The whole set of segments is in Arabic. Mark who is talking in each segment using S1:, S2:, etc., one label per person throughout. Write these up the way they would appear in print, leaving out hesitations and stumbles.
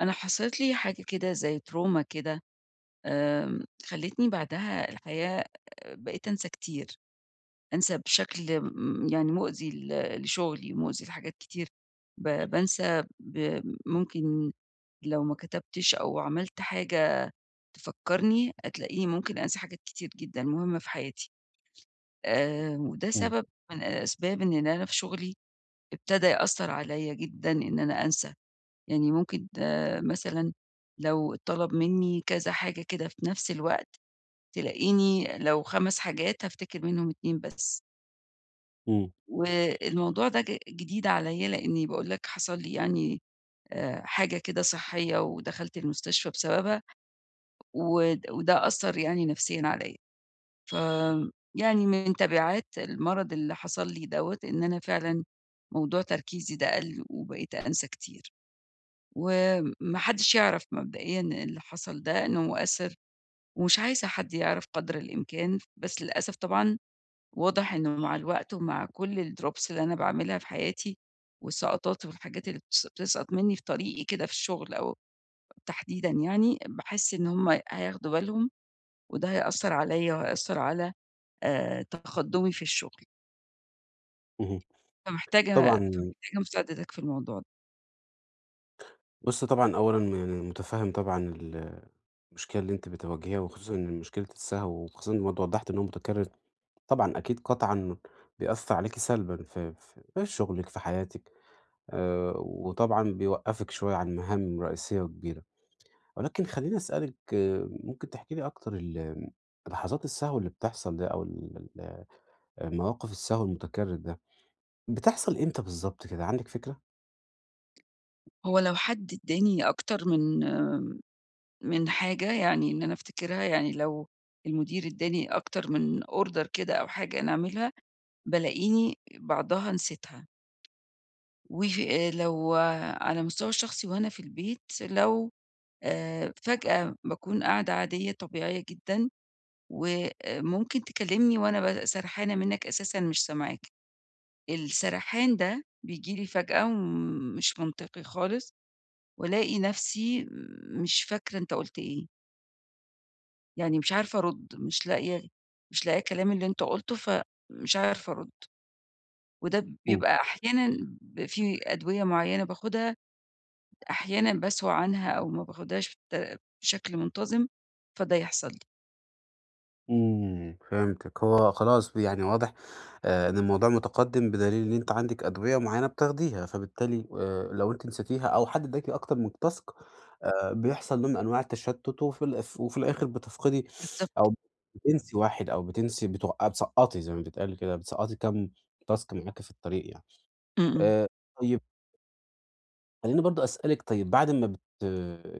S1: أنا حصلت لي حاجة كده زي تروما كده، خلّتني بعدها الحقيقة بقيت أنسى كتير، أنسى بشكل يعني مؤذي لشغلي، مؤذي لحاجات كتير، بانسى ممكن لو ما كتبتش أو عملت حاجة تفكّرني، هتلاقيني ممكن أنسى حاجات كتير جدًا مهمة في حياتي، وده
S2: إمم،
S1: سبب من أسباب إن أنا في شغلي ابتدى يأثّر عليَّ جدًا إن أنا أنسى. يعني ممكن مثلًا لو اتطلب منّي كذا حاجة كده في نفس الوقت، تلاقيني لو 5 حاجات هافتكر منهم 2 بس.
S2: إمم،
S1: والموضوع ده جديد عليّا لإني باقول لك حصل لي يعني حاجة كده صحّية ودخلت المستشفى بسببها، وده أثّر يعني نفسيًا عليّا. ف يعني من تبعات المرض اللي حصل لي دوّة إن أنا فعلًا موضوع تركيزي ده قَل وبقيت أنسى كتير. وما حدّش يعرف مبدئيًا اللي حصل ده إنه مؤثّر، ومش عايزة حد يعرف قدر الإمكان، بس للأسف طبعًا واضح إنه مع الوقت ومع كل الdrops اللي أنا باعملها في حياتي والسقطات والحاجات اللي بتسقط منّي في طريقي كده في الشغل أو تحديدًا يعني، باحس إن هُم هياخدوا بالهم وده هيأثّر عليّا وهيأثّر على تقدُّمي في الشغل،
S2: اهم.
S1: فمحتاجة
S2: طبعًا
S1: فمحتاجة مساعدتك في الموضوع ده.
S2: بُصّي طبعًا أولًا يعني مُتفهِّم طبعًا المشكلة اللي أنتِ بتواجهيها، وخصوصًا إن مشكلة السهو، وخصوصًا ما أنتِ وضّحتِ إن هو متكرر. طبعًا أكيد قطعًا بيأثّر عليكِ سلبًا في شغلِك، في حياتِك. وطبعًا بيوقّفِك شوية عن مهام رئيسية وكبيرة. ولكن خلّيني أسألِك، آه، ممكن تحكي لي أكتر لحظات السهو اللي بتحصل ده، أو ال ال مواقف السهو المتكرر ده، بتحصل إمتى بالضبط كده؟ عندِك فكرة؟
S1: هو لو حد ادّاني أكتر من حاجة يعني إن أنا أفتكرها، يعني لو المدير ادّاني أكتر من order كده أو حاجة أنا أعملها، بالاقيني بعضها نسيتها. وف لو على المستوى الشخصي وأنا في البيت، لو فجأة باكون قاعدة عادية طبيعية جدًا، وممكن تكلمني وأنا سرحانة منّك أساسًا مش سامعاك. السرحان ده بييجي لي فجأة ومش منطقي خالص، والاقي نفسي مش فاكرة أنت قُلت إيه. يعني مش عارفة أرُد، مش لاقية الكلام اللي أنت قُلته، فمش عارفة أرُد، وده
S2: إمم.
S1: بيبقى أحيانًا. في أدوية معيّنة باخُدها، أحيانًا باسهو عنها أو ما باخُدهاش بشكل منتظم، فده يحصل لي.
S2: إمم، فهمتِك. هو خلاص يعني واضح إن الموضوع متقدِّم، بدليل إن أنتِ عندِك أدوية معيّنة بتاخديها، فبالتالي لو أنتِ نسيتيها أو حد ادّاكِ أكتر من task، بيحصل نوع من أنواع التشتُّت، وفي الأف وفي الآخِر بتفقدي،
S1: بالضبط.
S2: أو بتنسي واحد، أو بتنسي بتوق بتسقّطي زي ما بيتقال كده، بتسقّطي كام task معاكِ في الطريق يعني.
S1: إمم، إمم.
S2: آآ طيب، خلّيني برضه أسألِك، طيب بعد ما بت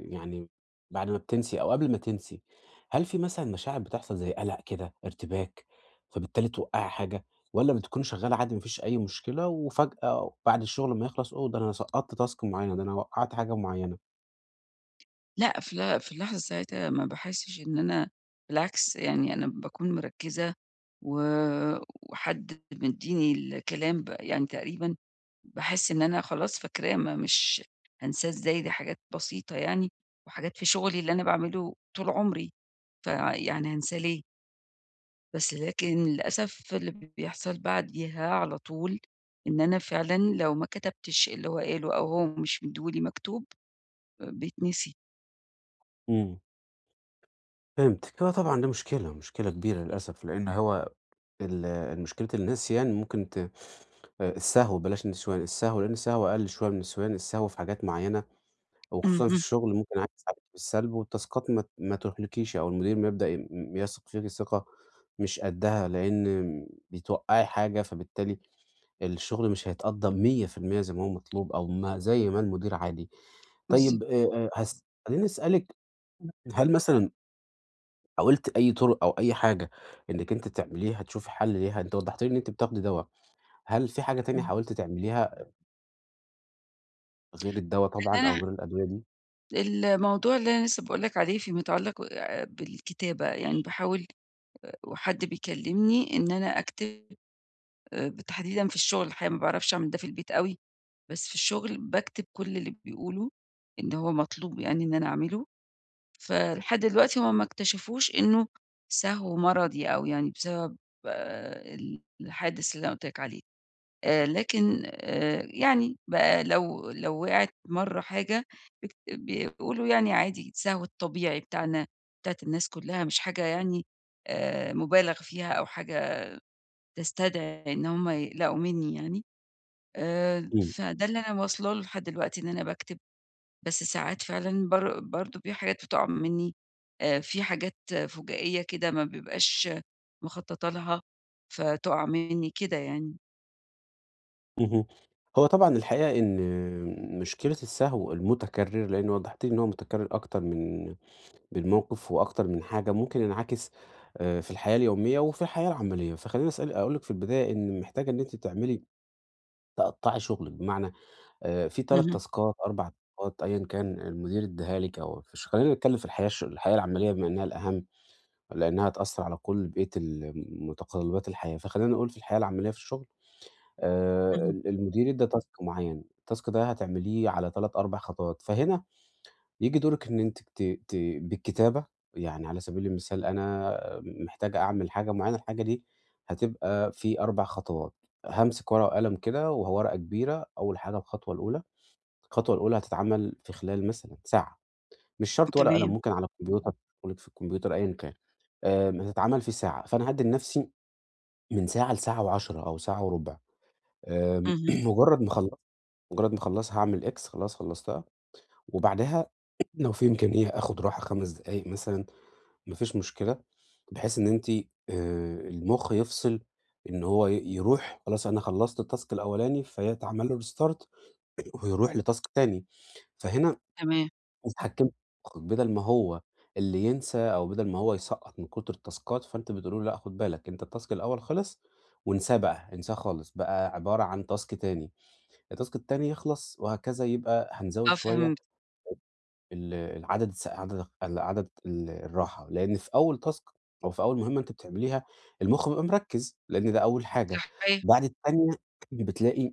S2: يعني بعد ما بتنسي، أو قبل ما تنسي، هل في مثلًا مشاعر بتحصل زي قلق كده، ارتباك، فبالتالي توقّعي حاجة؟ والّا بتكوني شغّالة عادي، ما فيش أي مشكلة، وفجأة بعد الشغل ما يخلص، أوه ده أنا سقّطت task معيّنة، ده أنا وقّعت حاجة معيّنة؟
S1: لأ، في اللحظة ساعتها ما باحسّش إن أنا بالعكس، يعني أنا باكون مركّزة و وحد مدّيني الكلام يعني تقريبًا باحس إن أنا خلاص فاكراه، ما مش هانساه إزاي، دي حاجات بسيطة يعني وحاجات في شُغلي اللي أنا باعمله طول عمري، فيعني هانساه ليه؟ بس لكن للأسف اللي بيحصل بعديها على طول إن أنا فعلًا لو ما كتبتش اللي هو قاله أو هو مش مدّيه لي مكتوب، بيتنسي.
S2: إمم، فهمتِك. هو طبعًا دي مشكلة، مشكلة كبيرة للأسف، لإن هو مشكلة النسيان ممكن ت آه، السهو بلاش النسيان، السهو، لإن السهو أقل شوية من النسيان، السهو في حاجات معيّنة، وخصوصًا في
S1: اهم،
S2: الشغل، ممكن عادي يساعدِك بالسلب، والتاسكات ما تُهلكيش، أو المدير ما يبدأ يثق فيكِ ثقة مش قدّها، لإن بتوقّعي حاجة، فبالتالي الشغل مش هيتقدّم 100% زي ما هو مطلوب، أو ما زي ما المدير عادي.
S1: بالضبط.
S2: طيب، هاس خلّيني أسألِك، هل مثلًا حاولتِ أي طُرق أو أي حاجة إنِّك أنتِ تعمليها تشوفي حل ليها؟ أنتِ وضّحتِ لي إن أنتِ بتاخدي دوا، هل في حاجة تانية
S1: إمم.
S2: حاولتِ تعمليها غير الدوا
S1: إن
S2: طبعًا،
S1: أنا
S2: أو غير الأدوية دي؟
S1: الموضوع اللي أنا لسه باقول لك عليه متعلّق بالكتابة، يعني باحاول وحد بيكلّمني إن أنا أكتب تحديدًا في الشغل، الحقيقة ما باعرفش أعمل ده في البيت أوي، بس في الشغل باكتب كل اللي بيقولوا إن هو مطلوب يعني إن أنا أعمله، فلحد دلوقتي هُم ما اكتشفوش إنه سهو مرضي أو يعني بسبب آآ الحادث اللي أنا قُلت لك عليه. لكن يعني بقى لو وقعت مرّة حاجة بيقولوا يعني عادي سهو الطبيعي بتاعنا، بتاعة الناس كلّها مش حاجة يعني مُبالغ فيها أو حاجة تستدعي إن هم يقلقوا منّي يعني،
S2: إمم.
S1: فده اللي أنا واصلة له لحد دلوقتي إن أنا باكتب، بس ساعات فعلًا برضه في حاجات بتُقع منّي، في حاجات فُجائية كده ما بابقاش مخطّطة لها فتُقع منّي كده يعني.
S2: اهم. هو طبعًا الحقيقة إن مشكلة السهو المتكرر، لإن وضحتِ لي إن هو متكرر أكتر من من موقف وأكتر من حاجة، ممكن ينعكس في الحياة اليومية وفي الحياة العملية. فخلّيني أسأل، أقول لِك في البداية إن محتاجة إن أنتِ تعملي، تقطّعي شغلِك، بمعنى في 3
S1: اهم،
S2: تاسكات، 4 تاسكات أيًا كان المدير ادّاها لِك، أو خلّينا نتكلم في الحياة الحياة العملية بما إنها الأهم، لإنها هتأثّر على كل بقية متطلبات الحياة. فخلّينا نقول في الحياة العملية في الشغل،
S1: اهم،
S2: ال المدير ادّى task معيّن، الtask ده هتعمليه على 3، 4 خطوات، فهنا ييجي دورِك إن أنتِ ت ت بالكتابة. يعني على سبيل المثال أنا محتاج أعمل حاجة معيّنة، الحاجة دي هتبقى في 4 خطوات. هامسك ورقة وقلم كده، وورقة كبيرة، أول حاجة الخطوة الأولى، الخطوة الأولى هتتعمل في خلال مثلًا ساعة. مش شرط ورقة وقلم،
S1: تمام،
S2: ممكن على الكمبيوتر، شغلِك في الكمبيوتر أيًا كان، هتتعمل في ساعة، فأنا هادّي لنفسي من ساعة لساعة و10، أو ساعة وربع. آمم
S1: اهم.
S2: مجرّد ما اخل مجرد ما اخلصها هاعمل X، خلاص خلصتها. وبعدها لو في إمكانية آخد راحة 5 دقايق مثلًا، ما فيش مشكلة. بحيث إن أنتِ المخ يفصل، إن هو يروح، خلاص أنا خلصت الtask الأولاني، فيتعمل له restart ويروح لtask تاني. فهنا
S1: تمام،
S2: اتحكمتِ في مخِّك، بدل ما هو اللي ينسى، أو بدل ما هو يسقّط من كتر التاسكات. فأنتِ بتقولي له لأ، خد بالك، أنت الtask الأول خلص، وانساه بقى، انساه خالص، بقى عبارة عن task تاني. التاسك التاني يخلص، وهكذا. يبقى هنزود
S1: آه
S2: شوية
S1: فهمت،
S2: ال العدد الس عدد ال عدد ال الراحة. لإن في أول تاسك أو في أول مهمة أنتِ بتعمليها المُخ بيبقى مركّز، لإن ده أول حاجة.
S1: صحيح،
S2: بعد التانية بتلاقي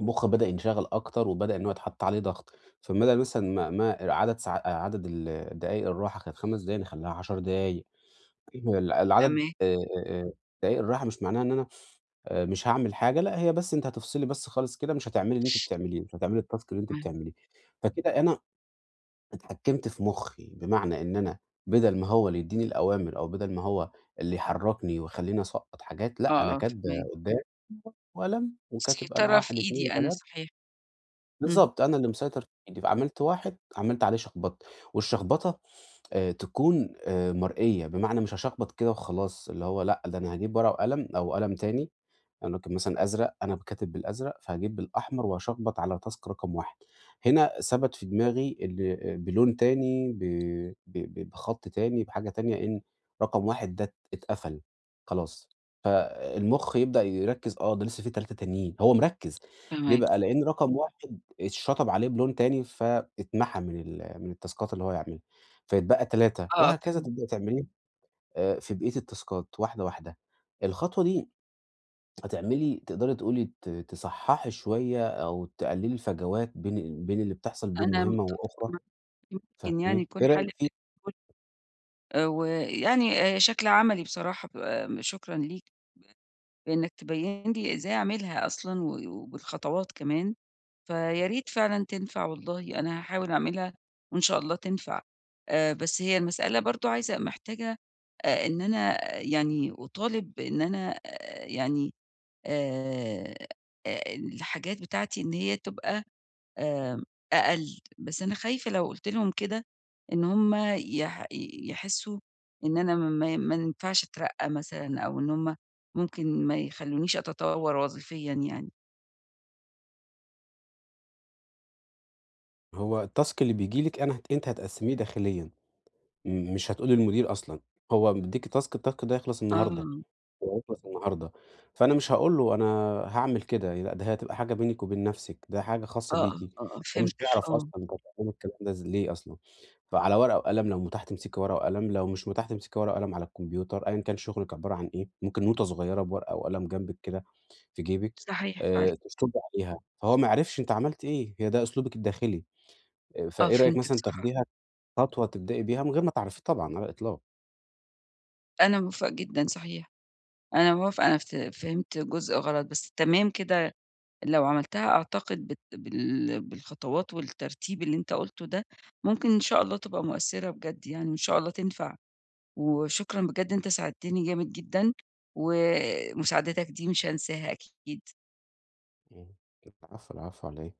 S2: المُخ بدأ ينشغل أكتر، وبدأ إن هو يتحط عليه ضغط. فبدل مثلًا ما عدد دقايق الراحة كانت 5 دقايق، نخلّيها 10 دقايق. هي العدد،
S1: فاهماك،
S2: آآ دقايق الراحة مش معناها إن أنا مش هاعمل حاجة، لأ، هي بس أنتِ هتفصلي بس خالص كده، مش هتعملي اللي أنتِ بتعمليه، مش هتعملي الtask اللي أنتِ
S1: فاهماك،
S2: بتعمليه. فكده أنا اتحكمت في مخّي، بمعنى إن أنا بدل ما هو اللي يدّيني الأوامر، أو بدل ما هو اللي يحرّكني ويخلّيني أسقّط حاجات. لأ،
S1: آه،
S2: أنا
S1: آه
S2: كاتبة
S1: فاهماك،
S2: قدّام وقلم، وكاتب أنا
S1: السيطرة في
S2: 1، 2،
S1: إيدي أنا
S2: 3
S1: صحيح، إمم،
S2: بالضبط. أنا اللي مسيطر في ايدي. عملت واحد، عملت عليه شخبطة. والشخبطة تكون مرئية، بمعنى مش هاشخبط كده وخلاص، اللي هو لأ، ده أنا هاجيب ورقة وقلم، أو قلم تاني، أنا كان مثلًا أزرق، أنا كاتب بالأزرق، فهاجيب بالأحمر وهاشخبط على task رقم 1. هنا ثبت في دماغي بلون تاني، ب بخط تاني، بحاجة تانية، إن رقم 1 ده اتقفل خلاص. فالمخ يبدأ يركّز، آه، ده لسه في 3 تانيين، هو مركّز ليه
S1: فاهماك،
S2: بقى؟ لأن رقم 1 اتشطب عليه بلون تاني، فاتمحى من من التاسكات اللي هو يعملها، فيتبقى 3.
S1: آه
S2: وهكذا
S1: فاهمت،
S2: تبدئي تعمليه في بقية التاسكات، واحدة، واحدة. الخطوة دي هتعملي تقدري تقولي تصحّحي شوية، أو تقللي الفجوات بين اللي بتحصل بين
S1: أنا
S2: مهمة
S1: متفقة
S2: وأخرى.
S1: معاكِ، ممكن يعني
S2: فاهماني؟
S1: يكون
S2: إيه
S1: حل
S2: رأيك فيه؟
S1: إنِّك تقول ويعني شكل عملي بصراحة، ب آه، شكرًا ليك. بإنك تبيّن لي إزاي أعملها أصلًا وبالخطوات كمان، فيا ريت فعلًا تنفع والله، أنا هاحاول أعملها وإن شاء الله تنفع. بس هي المسألة برضه عايزة محتاجة إن أنا يعني أطالب بإن أنا يعني آآ، الحاجات بتاعتي إن هي تبقى آمم، أقل، بس أنا خايفة لو قُلت لهم كده إن هُم يحسّوا إن أنا ما ينفعش أترقّى مثلًا أو إن هُم ممكن ما يخلّونيش أتطوّر وظيفيًا يعني.
S2: هو الtask اللي بييجي لِك أنا أنتِ هتقسّميه داخليًا. مش هتقولي للمدير أصلًا، هو مدّيكِ task، الtask ده يخلص النهارده.
S1: آه،
S2: وهيخلص النهارده، فأنا مش هاقول له أنا هاعمل كده، لأ، ده هي هتبقى حاجة بينِك وبين نَفْسِك، ده حاجة خاصة بيكِ.
S1: آه، آه، آه،
S2: هو مش
S1: فهمتك
S2: هيعرف
S1: آه،
S2: أصلًا أنت بتعملي الكلام ده ليه أصلًا، فعلى ورقة وقلم لو متاح تمسكي ورقة وقلم، لو مش متاح تمسكي ورقة وقلم على الكمبيوتر، أيًا كان شغلِك عبارة عن إيه، ممكن نوتة صغيرة بورقة وقلم جنبِك كده في جيبِك،
S1: صحيح فعلًا،
S2: تشطبي عليها، فهو ما يعرفش أنتِ عملتِ إيه، هي ده أسلوبِك الداخلي.
S1: آه
S2: فإيه رأيِك
S1: فهمتك
S2: مثلًا
S1: صح،
S2: تاخديها خطوة تبدئي بيها من غير ما تعرفيه طبعًا على الإطلاق.
S1: أنا موافقة جدًا صحيح، أنا موافقة، أنا فهمت جزء غلط، بس تمام كده لو عملتها أعتقد بت بال بالخطوات والترتيب اللي أنت قُلته ده، ممكن إن شاء الله تبقى مؤثّرة بجد يعني وإن شاء الله تنفع. وشكرًا بجد، أنت ساعدتني جامد جدًا، ومساعدتك دي مش هانساها أكيد.
S2: إمم، العفو، العفو على إيه.